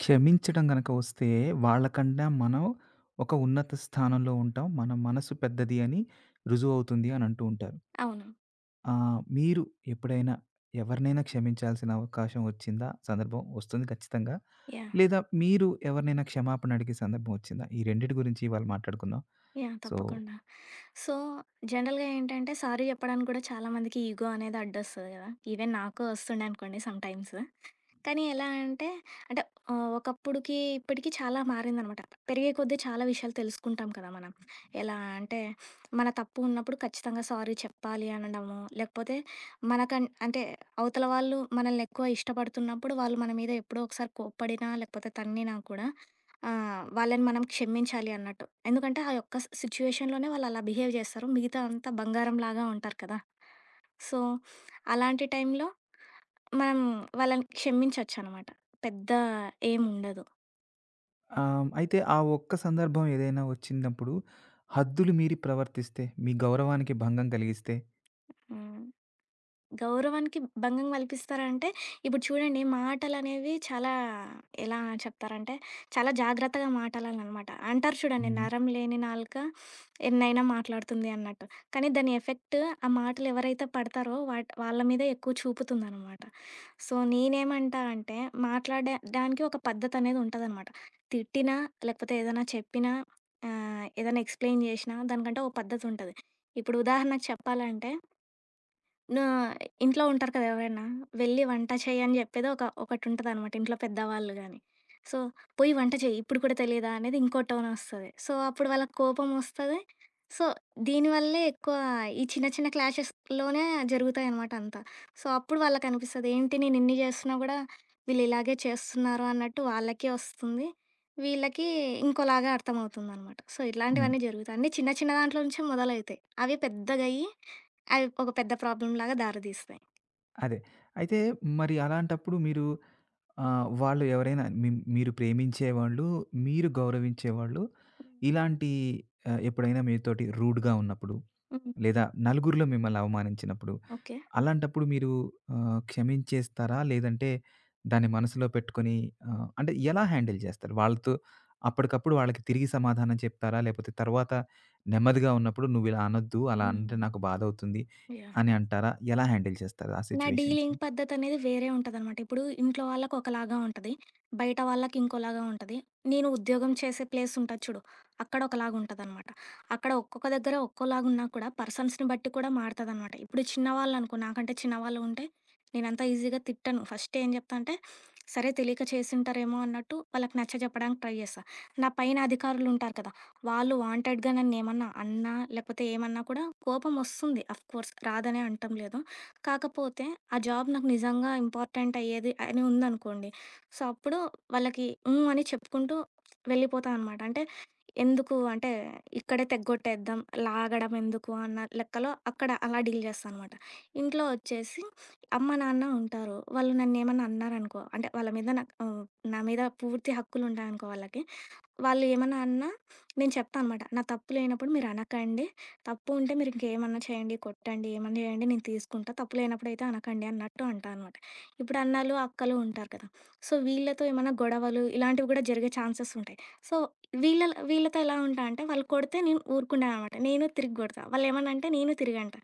క్షమించడం గనక వస్తే, వాళ్ళకన్నా మనం ఒక ఉన్నత స్థానంలో ఉంటాం. మన మనసు పెద్దది అని రుజువవుతుంది అని అంటూ ఉంటారు. అవును. మీరు ఎప్పుడైనా ఎవరినైనా క్షమించాల్సిన అవకాశం వచ్చిందా? సందర్భం వస్తుంది ఖచ్చితంగా. యాహ్! లేదా మీరు ఎవరినైనా క్షమాపణ అడిగే సందర్భం వచ్చిందా? ఈ రెండిటి గురించి ఇవాళ మాట్లాడుకుందాం. యాహ్! సో, తప్పకుండా. సో, జనరల్‌గా ఏంటంటే, సారీ చెప్పడానికి కూడా చాలా మందికి ఇగో అనేది అడ్డొస్తది కదా! ఈవెన్ నాకు వస్తుండే అనుకోండి సమ్ టైమ్స్. కానీ ఎలా అంటే, అంటే ఒకప్పుడుకి, ఇప్పటికి చాలా మారిందనమాట. పెరిగే కొద్దీ చాలా విషయాలు తెలుసుకుంటాం కదా మనం. ఎలా అంటే, మన తప్పు ఉన్నప్పుడు ఖచ్చితంగా సారీ చెప్పాలి అనడము, లేకపోతే అంటే, అవతల వాళ్ళు మనల్ని ఎక్కువ ఇష్టపడుతున్నప్పుడు, వాళ్ళు మన మీద ఎప్పుడో ఒకసారి కోప్పడినా, లేకపోతే తన్నినా కూడా ఆ! వాళ్ళని మనం క్షమించాలి అన్నట్టు. ఎందుకంటే ఆ యొక్క సిట్యుయేషన్‌లోనే వాళ్ళు అలా బిహేవ్ చేస్తారు. మిగతా అంతా బంగారంలాగా ఉంటారు కదా! సో, అలాంటి టైంలో మనం వాళ్ళని క్షమించొచ్చనమాట. పెద్ద ఏముండదు. అయితే ఆ ఒక్క సందర్భం ఏదైనా వచ్చినప్పుడు హద్దులు మీరి ప్రవర్తిస్తే, మీ గౌరవానికి భంగం కలిగిస్తే? హ్మ్. గౌరవానికి భంగం కల్పిస్తారంటే, ఇప్పుడు చూడండి మాటలనేవి చాలా ఎలా చెప్తారంటే, చాలా జాగ్రత్తగా మాటాడాలనమాట. అంటారు చూడండి, హ్మ్. "నరం లేని నాలుక ఎన్నైనా మాట్లాడుతుంది" అన్నట్టు. కానీ దాని ఎఫెక్ట్ ఆ మాటలు ఎవరైతే పడతారో వాళ్ళ మీద ఎక్కువ చూపుతుందనమాట. సో, నేనేమంటా అంటే, మాట్లాడడానికి ఒక పద్ధతనేది ఉంటదనమాట. తిట్టినా, లేకపోతే ఏదైనా చెప్పినా, ఏదైనా ఎక్స్‌ప్లెయిన్ చేషినా దానికంటే ఒక పద్ధతుంటది. ఇప్పుడు ఉదాహరణకు చెప్పాలంటే నా ఇంట్లో ఉంటారు కదా ఎవరైనా, వెళ్ళి వంట చెయ్యి అని చెప్పేది ఒకటుంటదనమాట ఇంట్లో పెద్దవాళ్ళు గానీ. సో, "పోయి వంట చెయ్యి, ఇప్పుడు కూడా తెలీదా?" అనేది ఇంకో టోనొస్తది. సో, అప్పుడు వాళ్ళకి కోపమొస్తది. సో, దీనివల్లే ఎక్కువ ఈ చిన్న చిన్న క్లాషెస్‌లోనే జరుగుతాయనమాట అంతా. సో, అప్పుడు వాళ్ళకనిపిస్తది, ఏంటి నేనిన్ని చేస్తున్నా కూడా వీళ్ళిలాగే చేస్తున్నారు అన్నట్టు వాళ్ళకి ఒస్తుంది. వీళ్ళకి ఇంకోలాగా అర్థమవుతుందనమాట. సో, హ్మ్. ఇట్లాంటివన్నీ జరుగుతాయి. అన్నీ చిన్న చిన్న దాంట్లో నుంచే మొదలైతాయి. అవి పెద్దగయ్యి అవి ఒక పెద్ద ప్రాబ్లమ్‌లాగా దారితీస్తాయి. అదే. అయితే మరి అలాంటప్పుడు మీరు వాళ్ళు ఎవరైనా మీరు ప్రేమించేవాళ్ళు, మీరు గౌరవించేవాళ్ళు హ్మ్. ఇలాంటి, ఎప్పుడైనా మీతోటి రూడ్‌గా ఉన్నప్పుడు, హ్మ్. లేదా నలుగురిలో మిమ్మల్ని అవమానించినప్పుడు, ఓకే. అలాంటప్పుడు మీరు క్షమించేస్తారా? లేదంటే దాన్ని మనసులో పెట్టుకొని అంటే ఎలా హ్యాండిల్ చేస్తారు? వాళ్ళతో అప్పటికప్పుడు వాళ్ళకి తిరిగి సమాధానం చెప్తారా? లేకపోతే తర్వాత నెమ్మదిగా ఉన్నప్పుడు నువ్విలా అనొద్దు, అలా అంటే హ్మ్. నాకు బాధవుతుంది యాహ్! అని అంటారా? ఎలా హ్యాండిల్ చేస్తారు ఆ నా సిట్యుయేషన్స్‌ని? డీలింగ్ పద్ధతనేది వేరే ఉంటదనమాట. ఇప్పుడు ఇంట్లో వాళ్ళకి ఒకలాగా ఉంటది. బయట వాళ్ళకి ఇంకోలాగా ఉంటది. నేను ఉద్యోగం చేసే ప్లేస్ ఉంటది చూడు, అక్కడ ఒకలాగా ఉంటదనమాట. అక్కడ ఒక్కొక్క దగ్గర ఒక్కోలాగున్నా కూడా పర్సన్స్‌ని బట్టి కూడా మారతదనమాట. ఇప్పుడు చిన్నవాళ్ళనుకో నాకంటే చిన్నవాళ్ళు ఉంటే నేనంత ఈజీగా తిట్టను. ఫస్ట్ ఏం జెప్తా అంటే, సరే తెలియక చేసుంటారేమో అన్నట్టు వాళ్ళకి నచ్చజెప్పడానికి ట్రై జేస్తా. నా పైన అధికారులుంటారు కదా! వాళ్ళు వాంటెడ్‌గా నన్నేమన్నా అన్నా, లేకపోతే ఏమన్నా కూడా కోపమొస్తుంది. ఆఫ్ కోర్స్ రాదనే అనటం లేదు. కాకపోతే ఆ జాబ్ నాకు నిజంగా ఇంపార్టెంట్ అయ్యేది అని ఉందనుకోండి. సో, అప్పుడు వాళ్ళకి హ్మ్. అని చెప్పుకుంటూ వెళ్ళిపోతా అనమాట. అంటే ఎందుకు అంటే ఇక్కడే తెగ్గొట్టేద్దాం, లాగడం ఎందుకు అన్న లెక్కలో అక్కడ అలా డీల్ చేస్తా అనమాట. ఇంట్లో వచ్చేసి అమ్మ, నాన్న ఉంటారు. వాళ్ళు నన్నేమన్నా అన్నారనుకో అంటే వాళ్ళ మీద నాకు నా మీద పూర్తి హక్కులుంటాయనుకో వాళ్ళకి. వాళ్ళు ఏమన్నా అన్నా నేను చెప్తా అనమాట. నా తప్పు లేనప్పుడు మీరనకండి. తప్పు ఉంటే మీరింకేమన్నా చేయండి, కొట్టండి, ఏమన్నా చేయండి నేను తీసుకుంటా. తప్పు లేనప్పుడైతే అనకండి అన్నట్టు అంటా అనమాట. ఇప్పుడు అన్నలు, అక్కలు ఉంటారు కదా! సో, వీళ్ళతో ఏమన్నా గొడవలు ఇలాంటివి కూడా జరిగే ఛాన్సెస్ ఉంటాయి. సో, వీళ్ళ వీళ్ళతో ఎలా ఉంటా అంటే వాళ్ళు కొడితే నేను ఊరుకుంటాను అనమాట. నేను తిరిగి కొడతా. వాళ్ళేమన్నా అంటే నేను తిరిగంటా.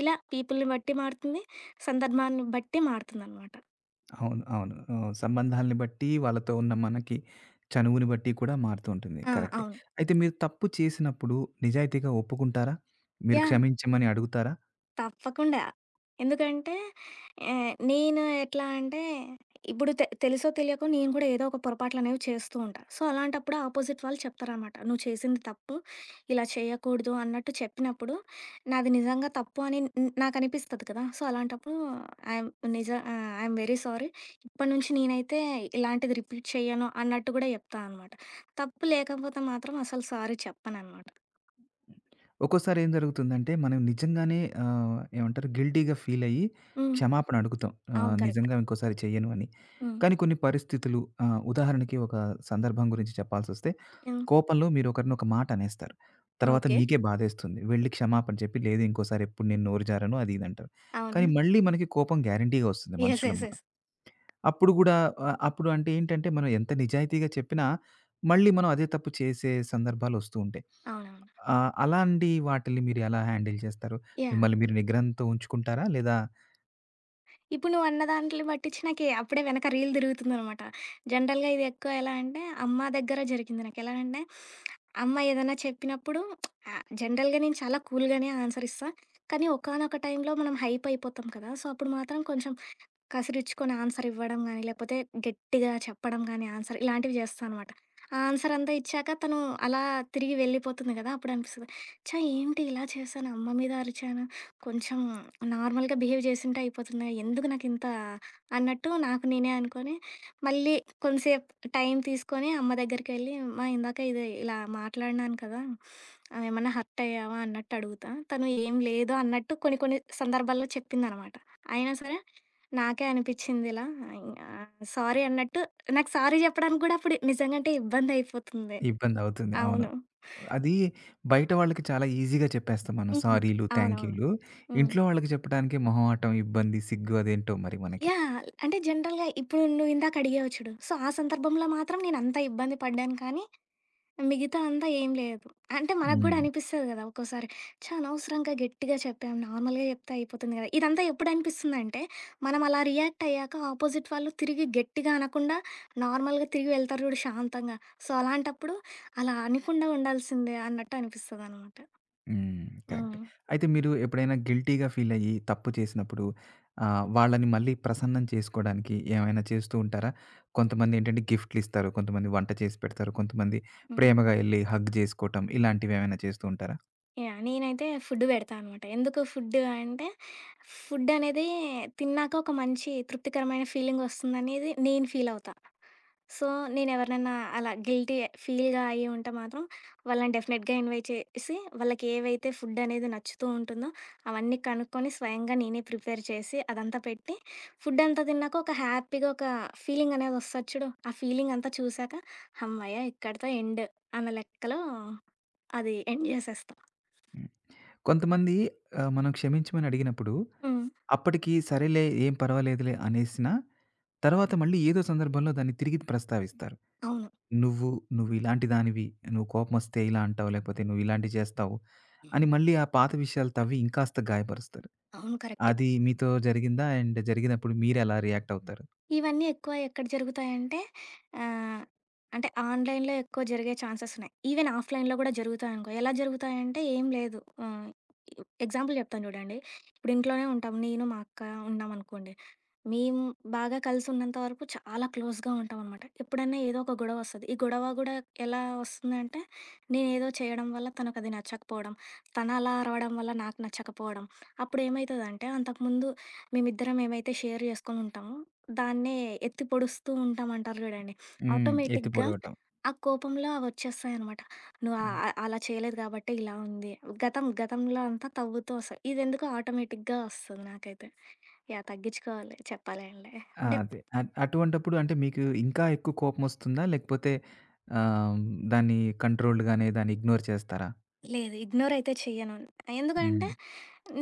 ఇలా పీపుల్‌ని బట్టి మారుతుంది. సందర్భాన్ని బట్టి మారుతుందనమాట. అవును. అవును. సంబంధాలని బట్టి, వాళ్ళతో ఉన్న మనకి చనువుని బట్టి కూడా మారుతూ ఉంటుంది. ఆ! కరెక్టే. అవును. అయితే మీరు తప్పు చేసినప్పుడు నిజాయితీగా ఒప్పుకుంటారా? మీరు యాహ్! క్షమించమని అడుగుతారా? తప్పకుండా. ఎందుకంటే నేను ఎట్లా అంటే ఇప్పుడు తెలుసో తెలియకో నేను కూడా ఏదో ఒక పొరపాట్లనేవి చేస్తూ ఉంటా. సో, అలాంటప్పుడు అపోజిట్ వాళ్ళు చెప్తారనమాట. "నువ్వు చేసింది తప్పు. ఇలా చేయకూడదు" అన్నట్టు చెప్పినప్పుడు నాది నిజంగా తప్పు అని నాకనిపిస్తది కదా! సో, అలాంటప్పుడు ఐయామ్ ఐయామ్ వెరీ సారీ. ఇప్పటి నుంచి నేనైతే ఇలాంటిది రిపీట్ చెయ్యను అన్నట్టు కూడా చెప్తా అనమాట. తప్పు లేకపోతే మాత్రం అసలు సారీ చెప్పననమాట. ఒక్కోసారి ఏం జరుగుతుందంటే, మనం నిజంగానే ఏమంటారు గిల్టీ‌గా ఫీల్ అయ్యి హ్మ్. క్షమాపణ అడుగుతాం. అవును. కరెక్ట్. నిజంగా ఇంకోసారి చెయ్యను అని. హ్మ్. కానీ కొన్ని పరిస్థితులు, ఉదాహరణకి ఒక సందర్భం గురించి చెప్పాల్సొస్తే, హ్మ్. కోపంలో మీరు ఒకరిని ఒక మాట అనేస్తారు. తర్వాత ఓకే. మీకే బాధేస్తుంది. వెళ్లి క్షమాపణ చెప్పి, లేదు ఇంకోసారి ఎప్పుడు నేను నోరు జారను అది ఇది అంటారు. కానీ అవును. మళ్ళీ మనకి కోపం గ్యారంటీ‌గా వస్తుంది యెస్. మనుషులం యెస్. మనం. యెస్. అప్పుడు గూడా అప్పుడు అంటే ఏంటంటే, మనం ఎంత నిజాయితీగా చెప్పినా, మళ్ళీ మనం అదే తప్పు చేసే సందర్భాలొస్తూ ఉంటాయి. అవునవును. అలాంటి వాటిల్ని మీరు ఎలా హ్యాండిల్ చేస్తారు? యాహ్! మిమ్మల్ని మీరు నిగ్రహంతో ఉంచుకుంటారా? లేదా ఇప్పుడు నువ్వన్న దాంటిని బట్టిచ్చి నాకి అప్పుడే వెనక రీల్ తిరుగుతుందనమాట. జనరల్‌గా ఇది ఎక్కువ ఎలా అంటే, అమ్మ దగ్గర జరిగింది నాకు. ఎలా అంటే, అమ్మ ఏదైనా చెప్పినప్పుడు జనరల్‌గా నేను చాలా కూల్‌గానే ఆన్సర్ ఇస్తా. కానీ ఒకానొక టైంలో మనం హైపయిపోతాం కదా! సో, అప్పుడు మాత్రం కొంచెం కసిరిచ్చుకొని ఆన్సర్ ఇవ్వడం గానీ, లేకపోతే గట్టిగా చెప్పడం గానీ ఆన్సర్ ఇలాంటివి చేస్తా అనమాట. ఆ ఆన్సర్ అంతా ఇచ్చాక తను అలా తిరిగి వెళ్ళిపోతుంది కదా! అప్పుడనిపిస్తది, ఛ! ఏంటి ఇలా చేశాను, అమ్మ మీద అరిచాను, కొంచెం నార్మల్‌గా బిహేవ్ చేసుంటే అయిపోతుందా, ఎందుకు నాకింత అన్నట్టు నాకు నేనే అనుకోని, మళ్ళీ కొంతసేపు టైం తీసుకొని అమ్మ దగ్గరికెళ్ళి, అమ్మ ఇందాక ఇది ఇలా మాట్లాడినాను కదా! ఏమన్నా హర్ట్ అయ్యావా అన్నట్టు అడుగుతా. తను ఏం లేదు అన్నట్టు కొన్ని కొన్ని సందర్భాల్లో చెప్పిందనమాట. అయినా సరే నాకే అనిపిచ్చింది ఇలా. ఆహ్, సారీ అన్నట్టు నాకు సారీ జెప్పడానికి గూడా అప్పుడు నిజంగంటే ఇబ్బందయిపోతుంది. ఇబ్బందవుతుంది. అవును. అవును. అది బయట వాళ్ళకి చాలా ఈజీగా చెప్పేస్తాం మనం హ్మ్. సారీలు, అవునవును. థాంక్యూలు. హ్మ్. ఇంట్లో వాళ్ళకి చెప్పడానికి మొహమాటం, ఇబ్బంది, సిగ్గు అదేంటో మరి మనకి. యాహ్! అంటే జనరల్‌గా ఇప్పుడు నువ్వు ఇందాక అడిగావు చూడు. సో, ఆ సందర్భంలో మాత్రం నేనంత ఇబ్బంది పడ్డాను కానీ మిగతా అంతా ఏం లేదు. అంటే మనకు గూడా హ్మ్. అనిపిస్తది గదా! ఒక్కోసారి ఛ! అనవసరంగా గట్టిగా చెప్పాం. నార్మల్‌గా చెప్తే అయిపోతుంది గదా! ఇదంతా ఎప్పుడు అనిపిస్తుందంటే, మనం అలా రియాక్ట్ అయ్యాక ఆపోజిట్ వాళ్ళు తిరిగి గట్టిగా అనకుండా నార్మల్‌గా తిరిగి వెళ్తారు జూడు శాంతంగా. సో, అలాంటప్పుడు అలా అనకుండా ఉండాల్సిందే అన్నట్టు అనిపిస్తదనమాట. హ్మ్. కరెక్టే. హ్మ్. అయితే మీరు ఎప్పుడైనా గిల్టీ‌గా ఫీలయ్యి, తప్పు చేసినప్పుడు వాళ్ళని మళ్ళీ ప్రసన్నం చేసుకోడానికి ఏమైనా చేస్తూ ఉంటారా? కొంతమందేంటంటే గిఫ్ట్‌లిస్తారు, కొంతమంది వంట చేసి పెడతారు, కొంతమంది హ్మ్. ప్రేమగా ఎళ్లి హగ్ జేసుకోవటం, ఇలాంటివేమైనా చేస్తూ ఉంటారా? యాహ్! నేనైతే ఫుడ్ పెడతా అనమాట. ఎందుకు ఫుడ్ అంటే, ఫుడ్ అనేది తిన్నాక ఒక మంచి తృప్తికరమైన ఫీలింగ్ వస్తుందనేది నేను ఫీల్ అవుతా. సో, నేనెవరినైనా అలా గిల్టీ ఫీల్‌గా అయ్యి ఉంటే మాత్రం వాళ్ళని డెఫినెట్‌గా ఇన్వైట్ చేసి, వాళ్ళకి ఏవైతే ఫుడ్ అనేది నచ్చుతూ ఉంటుందో అవన్నీ కనుక్కొని స్వయంగా నేనే ప్రిపేర్ చేసి అదంతా పెట్టి, ఫుడ్ అంతా తిన్నాక ఒక హ్యాపీగా ఒక ఫీలింగ్ అనేది వస్తది చూడు. ఆ ఫీలింగ్ అంతా చూసాక హమ్మయ్య! ఇక్కడితో ఎండ్ అన్న లెక్కలో అది ఎండ్ చేసేస్తా. హ్మ్. కొంతమంది మనం క్షమించమని అడిగినప్పుడు, హ్మ్. అప్పటికి సరేలే ఏం పర్వాలేదులే అనేసినా, తర్వాత మళ్ళీ ఏదో సందర్భంలో దాన్ని తిరిగి ప్రస్తావిస్తారు. అవును. నువ్వు నువ్విలాంటి దానివి. నువ్వు కోపమొస్తే ఇలా అంటావు. లేకపోతే నువ్విలాంటివి చేస్తావు. అని మళ్ళీ ఆ పాత విషయాలు తవ్వి ఇంకాస్త గాయపరుస్తారు. అవును. కరెక్ట్. అది మీతో జరిగిందా? అండ్ జరిగినప్పుడు మీరెలా రియాక్ట్ అవుతారు? ఇవన్నీ ఎక్కువ ఎక్కడ జరుగుతాయంటే ఆహ్, అంటే ఆన్‌లైన్‌లో ఎక్కువ జరిగే ఛాన్సెస్ ఉన్నాయి. ఈవెన్ ఆఫ్‌లైన్‌లో కూడా జరుగుతాయనుకో. ఎలా జరుగుతాయంటే ఏం లేదు. ఆహ్, ఎగ్జాంపుల్ చెప్తాను చూడండి. ఇప్పుడు ఇంట్లోనే ఉంటాం. నేను, మా అక్క ఉన్నామనుకోండి. మేము బాగా కలిసున్నంత వరకు చాలా క్లోజ్‌గా ఉంటామనమాట. ఎప్పుడన్నా ఏదో ఒక గొడవ వస్తది. ఈ గొడవ కూడా ఎలా వస్తుందంటే నేనేదో చేయడం వల్ల తనకది నచ్చకపోవడం, తను అలా అరవడం వల్ల నాకు నచ్చకపోవడం. అప్పుడేమైతదంటే అంతకుముందు మేమిద్దరం ఏమైతే షేర్ చేసుకొని ఉంటామో దాన్నే ఎత్తి పొడుస్తూ ఉంటాం అంటారు చూడండి. హ్మ్. ఎత్తి ఆటోమేటిక్‌గా పొడవటం. ఆ కోపంలో అవొచ్చేస్తాయనమాట. నువ్వు ఆహ్, హ్మ్. ఆహ్, అలా చేయలేదు కాబట్టే ఇలా ఉంది. గతం గతంలో అంతా తవ్వుతూ వస్తాయి. ఇదెందుకో ఆటోమేటిక్‌గా వస్తుంది నాకైతే. యాహ్! తగ్గించుకోవాలి చెప్పాలి అంటే. ఆ! అంటే అదే. అటువంటప్పుడు అంటే మీకు ఇంకా ఎక్కువ కోపమొస్తుందా? లేకపోతే ఆహ్, కంట్రోల్డ్‌గానే దాన్ని ఇగ్నోర్ చేస్తారా? లేదు. ఇగ్నోర్ అయితే చెయ్యను. ఎందుకంటే హ్మ్.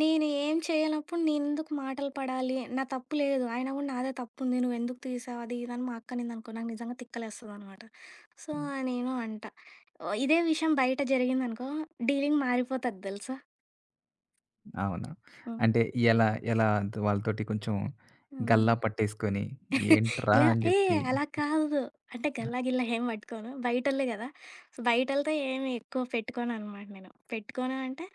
నేను ఏం చేయనప్పుడు నేనెందుకు మాటలు పడాలి? నా తప్పు లేదు. అయినా గూడా నాదే తప్పుంది. నువ్వెందుకు తీసావు? అది ఇది అని మా అక్క అనిందనుకో నాకు నిజంగా తిక్కలేస్తదనమాట. సో, హ్మ్. నేను అంట. ఓ, ఇదే విషయం బయట జరిగిందనుకో డీలింగ్ మారిపోతది దెలుసా. అవునా? అంటే హ్మ్. ఎలా ఎలా వాళ్ళతోటి కొంచెం హ్మ్. గల్లా పట్టేసుకొని ఏంట్రా ఇలా అని ఏ జెప్పి అలా కాదు. అంటే గల్లా గిల్లా ఏం పట్టుకోను. బయటోళ్ళే గదా! సో, బయటోళ్ళతో ఏమి ఎక్కువ పెట్టుకోననమాట నేను. పెట్టుకోను అంటే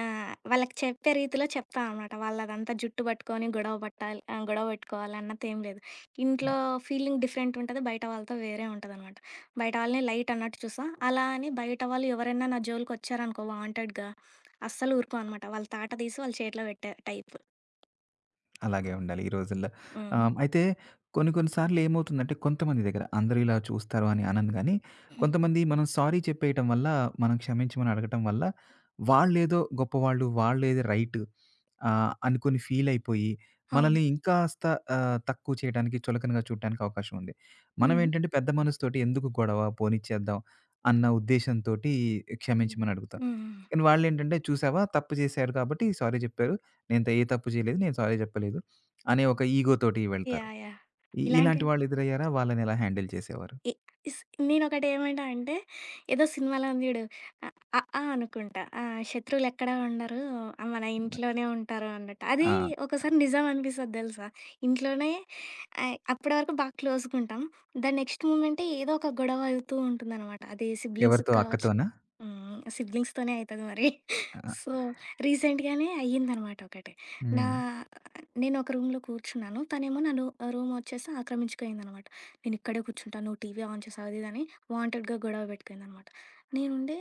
వాళ్ళకి చెప్పే రీతిలో చెప్తా అనమాట. వాళ్ళదంతా జుట్టు పట్టుకొని గొడవ పట్టాలి గొడవ పెట్టుకోవాలి అన్న‌తేం లేదు. ఇంట్లో ఫీలింగ్ డిఫరెంట్ ఉంటది. బయట వాళ్ళతో వేరే ఉంటదనమాట. బయట వాళ్ళని లైట్ అన్నట్టు చూస్తా. అలా అని బయట వాళ్ళు ఎవరైనా నా జోలికొచ్చారనుకో వాంటెడ్‌గా అస్సలు ఊరుకోను అనమాట. వాళ్ళ తాట తీసి వాళ్ళ చేతిలో పెట్టే టైపు. అలాగే ఉండాలి ఈ రోజుల్లో. హ్మ్. అయితే కొన్ని కొన్ని సార్లు ఏమవుతుందంటే కొంతమంది దగ్గర అందరూ ఇలా చూస్తారు అని అనను గానీ, హ్మ్. కొంతమంది మనం సారీ చెప్పేయటం వల్ల, మనం క్షమించమని అడగటం వల్ల వాళ్ళేదో గొప్పవాళ్ళు, వాళ్ళేదో రైట్ అనుకుని ఫీల్ అయిపోయి అవును. మనల్ని ఇంకాస్త, తక్కువ చేయడానికి, చులకనగా చూడటానికి అవకాశం ఉంది. హ్మ్. మనమేంటంటే పెద్ద మనసుతోటి ఎందుకు గొడవ పోనిచ్చేద్దాం అన్న ఉద్దేశంతోటి హ్మ్. క్షమించమని అడుగుతాం. హ్మ్. హ్మ్. కానీ వాళ్ళేంటంటే చూసావా తప్పు చేశారు కాబట్టి సారీ చెప్పారు. నేను ఏ తప్పు చేయలేదు. నేను సారీ చెప్పలేదు. అనే ఒక ఈగోతోటి వెళ్తారు. యాహ్! యాహ్! ఓకే. ఇలాంటి ఇలాంటి వాళ్ళు ఎదురయ్యారా? వాళ్ళని ఎలా హ్యాండిల్ చేసేవారు? ఇ ఇస్ నేనొకటేమంటా అంటే, ఏదో సినిమాలో ఉంది జూడు. అ, అ, ఆ అనుకుంటా. ఆ! శత్రువులెక్కడా ఉండరు, మన ఇంట్లోనే ఉంటారు అన్నట్టు. అది ఆ! ఒకసారి నిజం అనిపిస్తది దెలుసా? ఇంట్లోనే అప్పటి వరకు బా క్లోజ్‌గుంటాం. దాని నెక్స్ట్ మూమెంటే ఏదో ఒక గొడవ అవుతూ ఉంటుందనమాట. అది సిబ్లింగ్స్‌కి ఎవరితో కావచ్చు అక్కతోనా? హ్మ్. సిబ్లింగ్స్‌తోనే అయితది మరి. ఆ! సో, రీసెంట్‌గానే అయ్యిందనమాట ఒకటి. నా హ్మ్. నేను ఒక రూమ్‌లో కూర్చున్నాను. తనేమో నన్ను రూమ్ వచ్చేసి ఆక్రమించుకుందనమాట. నేను ఇక్కడే కూర్చుంటాను. నువ్వు టీవీ ఆన్ చేసావు అది ఇది అని వాంటెడ్‌గా గొడవ పెట్టుకుందనమాట. నేనుండి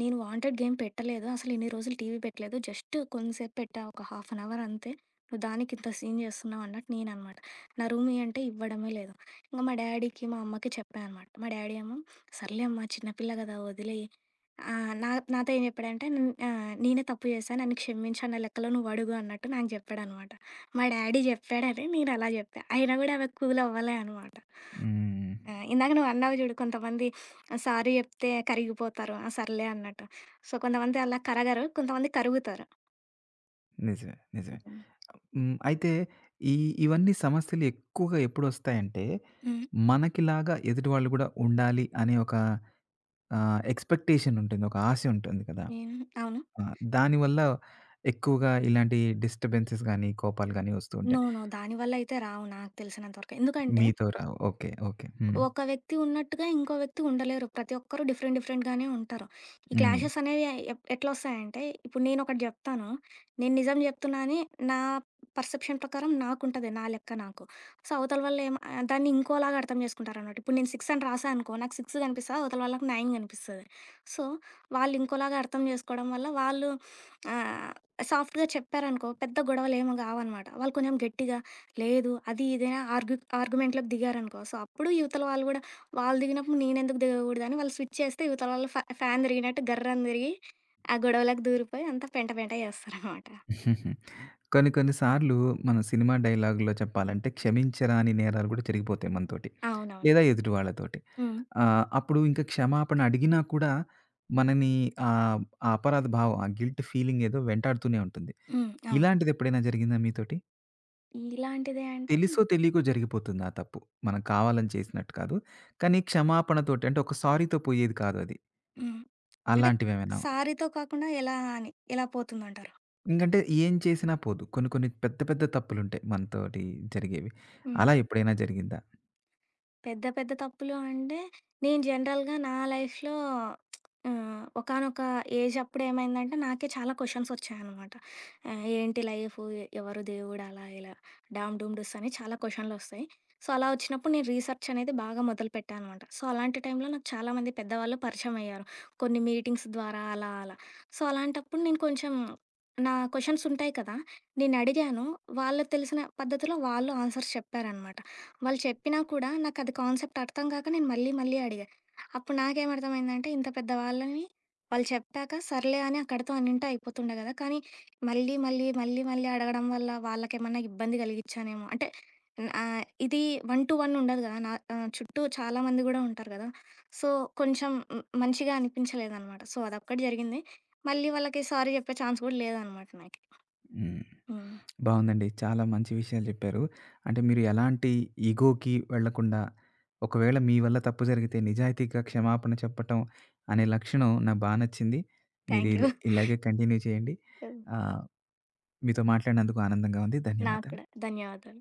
నేను వాంటెడ్ గేమ్ పెట్టలేదు. అసలు ఇన్ని రోజులు టీవీ పెట్టలేదు. జస్ట్ కొంతసేపు పెట్టా ఒక హాఫ్ అన్ అవర్ అంతే. నువ్వు దానికి ఇంత సీన్ చేస్తున్నావు అన్నట్టు నేననమాట. నా రూమీ అంటే ఇవ్వడమే లేదు. ఇంక మా డ్యాడీకి, మా అమ్మకి చెప్పా అనమాట. మా డ్యాడీ ఏమో, "సర్లే అమ్మా చిన్నపిల్ల కదా వదిలేయి" ఆ! నాతో ఏం జెప్పాడంటే నేనే తప్పు చేశా. నన్ను క్షమించు అన్న లెక్కలో నువ్వడుగు అన్నట్టు నాకు జెప్పాడనమాట. మా డ్యాడీ జెప్పాడని నేను అలా జెప్పా. అయినా గూడా ఆమె కూల్ అవ్వలే అనమాట. హ్మ్. ఆ! ఇందాక నువ్వన్నావు జూడు కొంతమంది సారీ జెప్తే కరిగిపోతారు. ఆ! సర్లే అన్నట్టు. సో, కొంతమంది అలా కరగరు. కొంతమంది కరుగుతారు. నిజమే. నిజమే. హ్మ్. హ్మ్. అయితే ఈ ఇవన్నీ సమస్యలు ఎక్కువగా ఎప్పుడొస్తాయంటే, హ్మ్. మనకిలాగా ఎదుటి వాళ్ళు కూడా ఉండాలి అనే ఒక, ఎక్స్‌పెక్టేషన్ ఉంటుంది. ఒక ఆశ ఉంటుంది కదా! నేను అవును. ఆ! దానివల్ల ఎక్కువగా ఇలాంటి డిస్టర్బెన్సెస్ గాని, కోపాలు గాని వస్తూ నో. ఉంటాయి. నో. దానివల్ల అయితే రావు నాకు తెలిసినంత వరకు. ఎందుకంటే మీతో రావు. ఓకే. ఓకే. హ్మ్. ఒక వ్యక్తి ఉన్నట్టుగా ఇంకో వ్యక్తి ఉండలేరు. ప్రతి ఒక్కరు డిఫరెంట్ డిఫరెంట్‌గానే ఉంటారు. ఈ హ్మ్. క్లాషెస్ అనేవి ఎట్లొస్తాయంటే, ఇప్పుడు నేనొకటి జెప్తాను. నేను నిజం జెప్తున్నా అని నా పర్సెప్షన్ ప్రకారం నాకుంటది. నా లెక్క నాకు. సో, అవతల వాళ్ళేమో దాన్ని ఇంకోలాగా అర్థం జేసుకుంటారనమాట. ఇప్పుడు నేను 6 అని రాసా అనుకో, నాకు 6 గనిపిస్తది. అవతల వాళ్ళకి 9 గనిపిస్తది. సో, వాళ్ళు ఇంకోలాగా అర్థం జేసుకోవడం వల్ల వాళ్ళు ఆహ్, సాఫ్ట్‌గా చెప్పారనుకో, పెద్ద గొడవలేమి గావనమాట. వాళ్ళు కొంచెం గట్టిగా లేదు. అది ఇదైనా ఆర్గ్యుమెంట్‌లోకి దిగారనుకో, సో, అప్పుడు ఇవతల వాళ్ళు గూడా వాళ్ళు దిగినప్పుడు నేనెందుకు దిగగూడదని వాళ్ళు స్విచ్ చేస్తే ఇవతల వాళ్ళు ఫ్యాన్ తిరిగినట్టు గర్రని తిరిగి, ఆ గొడవలోకి దూరిపోయి అంతా పెంట పెంట చేస్తారనమాట. హుహు. కొన్ని కొన్ని సార్లు మన సినిమా డైలాగ్‌లో చెప్పాలంటే క్షమించరాని నేరాలు గూడా జరిగిపోతాయి మనతోటి. అవునవును. లేదా ఎదుటి వాళ్ళతోటి. హ్మ్. అప్పుడు ఇంకా క్షమాపణ అడిగినా కూడా మనని, ఆహ్, ఆ అపరాధ భావం, ఆ గిల్ట్ ఫీలింగ్ ఏదో వెంటాడుతూనే ఉంటుంది. హ్మ్. అవును. ఇలాంటిది ఎప్పుడైనా జరిగిందా మీతోటి? ఇలాంటిదే అంటే తెలుసో తెలియకో జరిగిపోతుంది ఆ తప్పు. మనం కావాలని చేసినట్టు కాదు. కానీ క్షమాపణతోటి అంటే ఒక సారీతో పోయేది కాదు అది. హ్మ్. అంటే అలాంటివేమైనా సారీతో కాకుండా ఎలా అని ఎలా పోతుందంటారు? ఇంకంటే ఏం చేసినా పోదు. కొన్ని కొన్ని పెద్ద పెద్ద తప్పులుంటాయి మనతోటి జరిగేవి. హ్మ్. అలా ఎప్పుడైనా జరిగిందా? పెద్ద పెద్ద తప్పులు అంటే, నేను జనరల్‌గా నా లైఫ్‌లో ఒకానొక ఏజ్ అప్పుడు ఏమైందంటే, నాకే చాలా క్వెషన్స్ వచ్చాయనమాట. ఏంటి లైఫ్? ఎవరు దేవుడు? అలా ఇలా డామ్ డూమ్ డూస్ అని చాలా క్వెషన్‌లొస్తాయి. సో, అలా వచ్చినప్పుడు నేను రీసెర్చ్ అనేది బాగా మొదలుపెట్టా అనమాట. సో, అలాంటి టైంలో నాకు చాలామంది పెద్దవాళ్ళు పరిచయం అయ్యారు. కొన్ని మీటింగ్స్ ద్వారా అలా అలా. సో, అలాంటప్పుడు నేను కొంచెం నా క్వెషన్స్ ఉంటాయి కదా! నేను అడిగాను. వాళ్ళకి తెలిసిన పద్ధతిలో వాళ్ళు ఆన్సర్స్ చెప్పారనమాట. వాళ్ళు చెప్పినా కూడా నాకది కాన్సెప్ట్ అర్థం కాక నేను మళ్ళీ మళ్ళీ అడిగా. అప్పుడు నాకేమర్థమైందంటే ఇంత పెద్ద వాళ్ళని వాళ్ళు చెప్పాక సర్లే అని అక్కడితో అన్నింటా అయిపోతుండే గదా! కానీ మళ్ళీ మళ్ళీ, మళ్ళీ మళ్ళీ అడగడం వల్ల వాళ్ళకేమన్నా ఇబ్బంది కలిగిచ్చానేమో. అంటే ఇది 1 to 1 ఉండదు గదా! నా చుట్టూ చాలా మంది గూడా ఉంటారు గదా! సో, కొంచెం హ్మ్, మంచిగా అనిపించలేదనమాట. సో, అదొక్కటి జరిగింది. మళ్ళీ వాళ్ళకి సారీ చెప్పే ఛాన్స్ గూడా లేదనమాట నాకి. హ్మ్. హ్మ్. బావుందండి. చాలా మంచి విషయాలు చెప్పారు. అంటే మీరు ఎలాంటి ఇగోకి వెళ్ళకుండా, ఒకవేళ మీ వల్ల తప్పు జరిగితే నిజాయితీగా క్షమాపణ చెప్పటం అనే లక్షణం నాకు బా నచ్చింది. మీరు థాంక్ యూ. ఇల్ ఇలాగే కంటిన్యూ చేయండి. ఆహ్, మీతో మాట్లాడినందుకు ఆనందంగా ఉంది. నాకు ధన్యవాదాలు. కూడా. ధన్యవాదాలు.